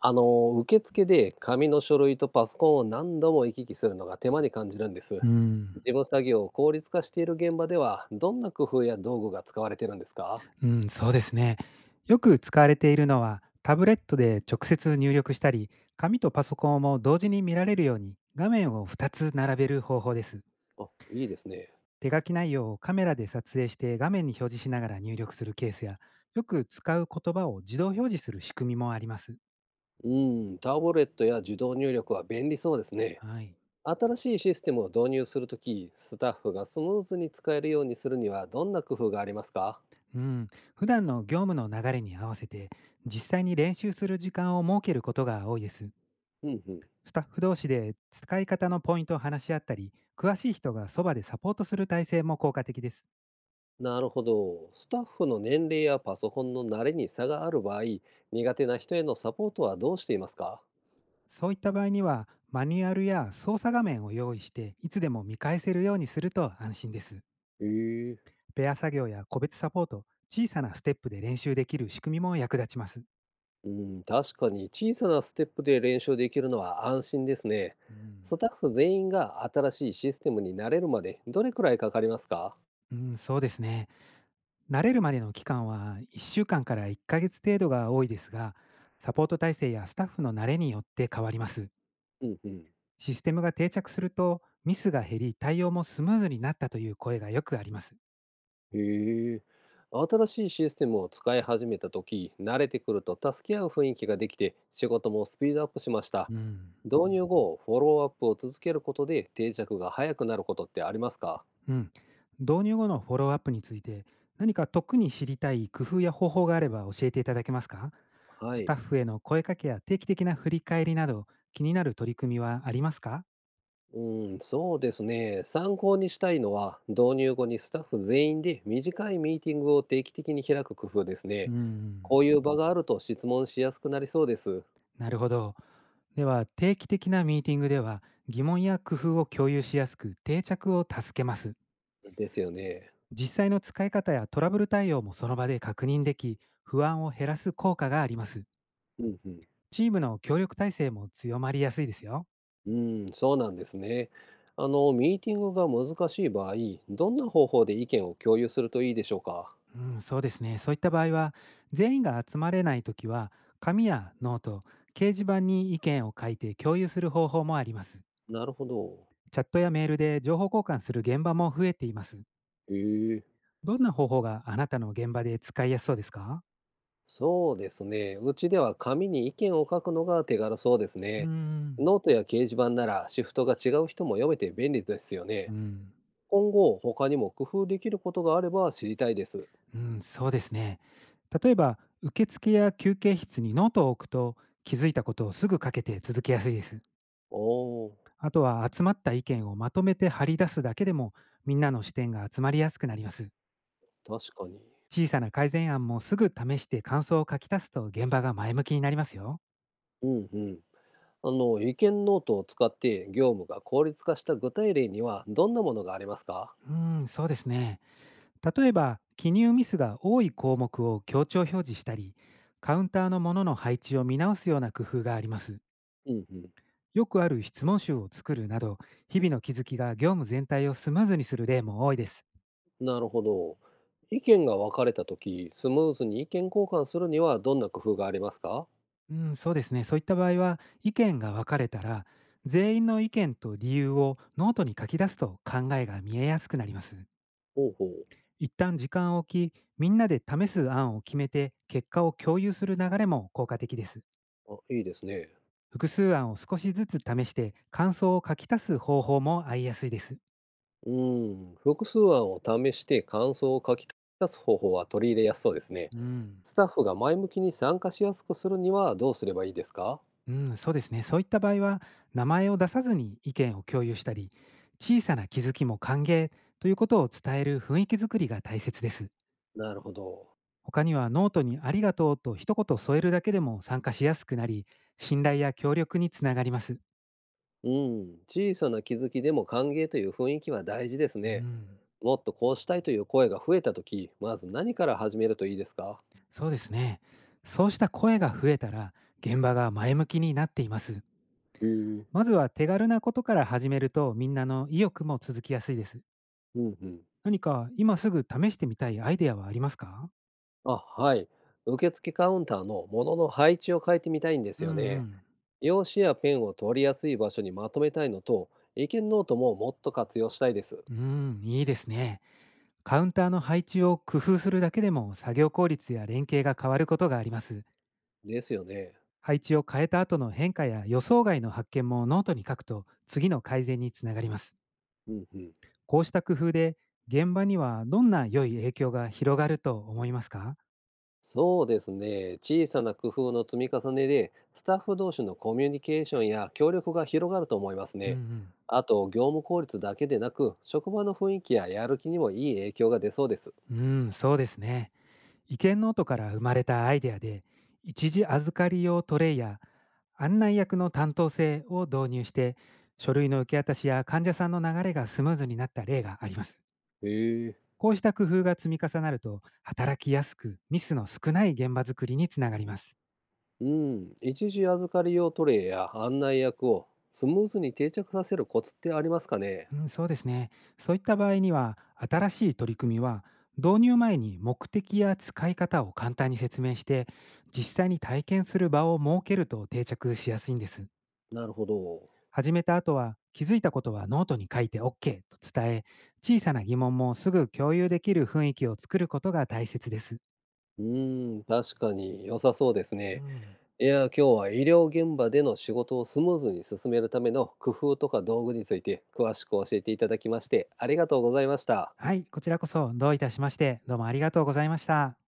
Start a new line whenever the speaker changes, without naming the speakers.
受付で紙の書類とパソコンを何度も行き来するのが手間に感じるんです。
うん、
事務作業を効率化している現場では、どんな工夫や道具が使われてるんですか？
うん、そうですね。よく使われているのは、タブレットで直接入力したり、紙とパソコンも同時に見られるように画面を2つ並べる方法です。
あ、いいですね。
手書き内容をカメラで撮影して画面に表示しながら入力するケースや、よく使う言葉を自動表示する仕組みもあります。
うん、タブレットや自動入力は便利そうですね。
はい。
新しいシステムを導入するとき、スタッフがスムーズに使えるようにするにはどんな工夫がありますか？
うん、普段の業務の流れに合わせて、実際に練習する時間を設けることが多いです。
うんうん。
スタッフ同士で使い方のポイントを話し合ったり、詳しい人がそばでサポートする体制も効果的です。
なるほど。スタッフの年齢やパソコンの慣れに差がある場合、苦手な人へのサポートはどうしていますか？
そういった場合には、マニュアルや操作画面を用意して、いつでも見返せるようにすると安心です。
ええ。
ペア作業や個別サポート、小さなステップで練習できる仕組みも役立ちます。
うん、確かに小さなステップで練習できるのは安心ですね。
うん、
スタッフ全員が新しいシステムに慣れるまでどれくらいかかりますか？
うん、そうですね。慣れるまでの期間は1週間かんから1ヶ月程度が多いですが、サポート体制やスタッフの慣れによって変わります。
うんうん。
システムが定着すると、ミスが減り、対応もスムーズになったという声がよくあります。
へえ。新しいシステムを使い始めた時慣れてくると助け合う雰囲気ができて、仕事もスピードアップしました。
うん。
導入後、フォローアップを続けることで定着が早くなることってありますか？
うん。導入後のフォローアップについて、何か特に知りたい工夫や方法があれば教えていただけますか？
は
ス
い。
タッフへの声かけや定期的な振り返りなど、気になる取り組みはありますか？
うん、そうですね。参考にしたいのは、導入後にスタッフ全員で短いミーティングを定期的に開く工夫ですね。
うん。
こういう場があると質問しやすくなりそうです。
なるほど。では、定期的なミーティングでは、疑問や工夫を共有しやすく、定着を助けます。
ですよね。
実際の使い方やトラブル対応もその場で確認でき、不安を減らす効果があります。
うんうん。
チームの協力体制も強まりやすいですよ。
うん、そうなんですね。ミーティングが難しい場合、どんな方法で意見を共有するといいでしょうか。
うん、そうですね。そういった場合は、全員が集まれないときは、紙やノート、掲示板に意見を書いて共有する方法もあります。
なるほど。
チャットやメールで情報交換する現場も増えています。
へえ。
どんな方法があなたの現場で使いやすそうですか？
そうですね。うちでは紙に意見を書くのが手軽そうです
うー
ね。
ん。
ノートや掲示板ならシフトが違う人も読めて便利ですよ
う
ね。
ん。
今後、他にも工夫できることがあれば知りたいです。
うん、そうですね。例えば、受付や休憩室にノートを置くと、気づいたことをすぐ書けて続けやすいです。
おお、
あとは、集まった意見をまとめて貼り出すだけでも、みんなの視点が集まりやすくなります。
確かに。
小さな改善案もすぐ試して感想を書き足すと現場が前向きになりますよ。
うんうん。意見ノートを使って業務が効率化した具体例にはどんなものがありますか？
うん、そうですね。例えば、記入ミスが多い項目を強調表示したり、カウンターのものの配置を見直すような工夫があります。
うんうん。
よくある質問集を作るなど、日々の気づきが業務全体をスムーズにする例も多いです。
なるほど。意見が分かれたとき、スムーズに意見交換するにはどんな工夫がありますか？
うん、そうですね。そういった場合は、意見が分かれたら、全員の意見と理由をノートに書き出すと考えが見えやすくなります。
ほうほう。
一旦時間を置き、みんなで試す案を決めて、結果を共有する流れも効果的です。
あ、いいですね。
複数案を少しずつ試して、感想を書き足す方法も合いやすいです。
うーん、複数案を試して感想を書き出す方法は取り入れやすそうですね。
うん。
スタッフが前向きに参加しやすくするにはどうすればいいですか？
うん、そうですね。そういった場合は、名前を出さずに意見を共有したり、小さな気づきも歓迎ということを伝える雰囲気づくりが大切です。
なるほど。
他にはノートにありがとうと一言添えるだけでも参加しやすくなり、信頼や協力につながります。
うん、小さな気づきでも歓迎という雰囲気は大事です
う
ね。
ん、
もっとこうしたいという声が増えたとき、まず何から始めるといいですか？
そうですね。そうした声が増えたら、現場が前向きになっています。
へえ。
まずは手軽なことから始めると、みんなの意欲も続きやすいです。
うんうん。
何か今すぐ試してみたいアイデアはありますか？
あ、はい。受付カウンターの物の配置を変えてみたいんです
うんう
よね。
ん。
用紙やペンを取りやすい場所にまとめたいのと、意見ノートももっと活用したいです。
うーん、いいですね。カウンターの配置を工夫するだけでも作業効率や連携が変わることがあります。
ですよね。
配置を変えた後の変化や予想外の発見もノートに書くと次の改善につながります。
うんうん。
こうした工夫で現場にはどんな良い影響が広がると思いますか？
そうですね。小さな工夫の積み重ねで、スタッフ同士のコミュニケーションや協力が広がると思います
う
ね。
ん
あと、業務効率だけでなく、職場の雰囲気ややる気にもいい影響が出そうです。
うん。うん、そうですね。意見ノートから生まれたアイデアで、一時預かり用トレイや案内役の担当性を導入して、書類の受け渡しや患者さんの流れがスムーズになった例があります。
へえ。
こうした工夫が積み重なると、働きやすく、ミスの少ない現場作りにつながります。
うん、一時預かり用トレイや案内役をスムーズに定着させるコツってありますかね？
うん、そうですね。そういった場合には、新しい取り組みは、導入前に目的や使い方を簡単に説明して、実際に体験する場を設けると定着しやすいんです。
なるほど。
始めた後は気づいたことはノートに書いて OK と伝え、小さな疑問もすぐ共有できる雰囲気を作ることが大切です。
うーん、確かに良さそうです
う
ね。
ん。
いや、今日は医療現場での仕事をスムーズに進めるための工夫とか道具について詳しく教えていただきましてありがとうございました。
はい、こちらこそどういたしまして、どうもありがとうございました。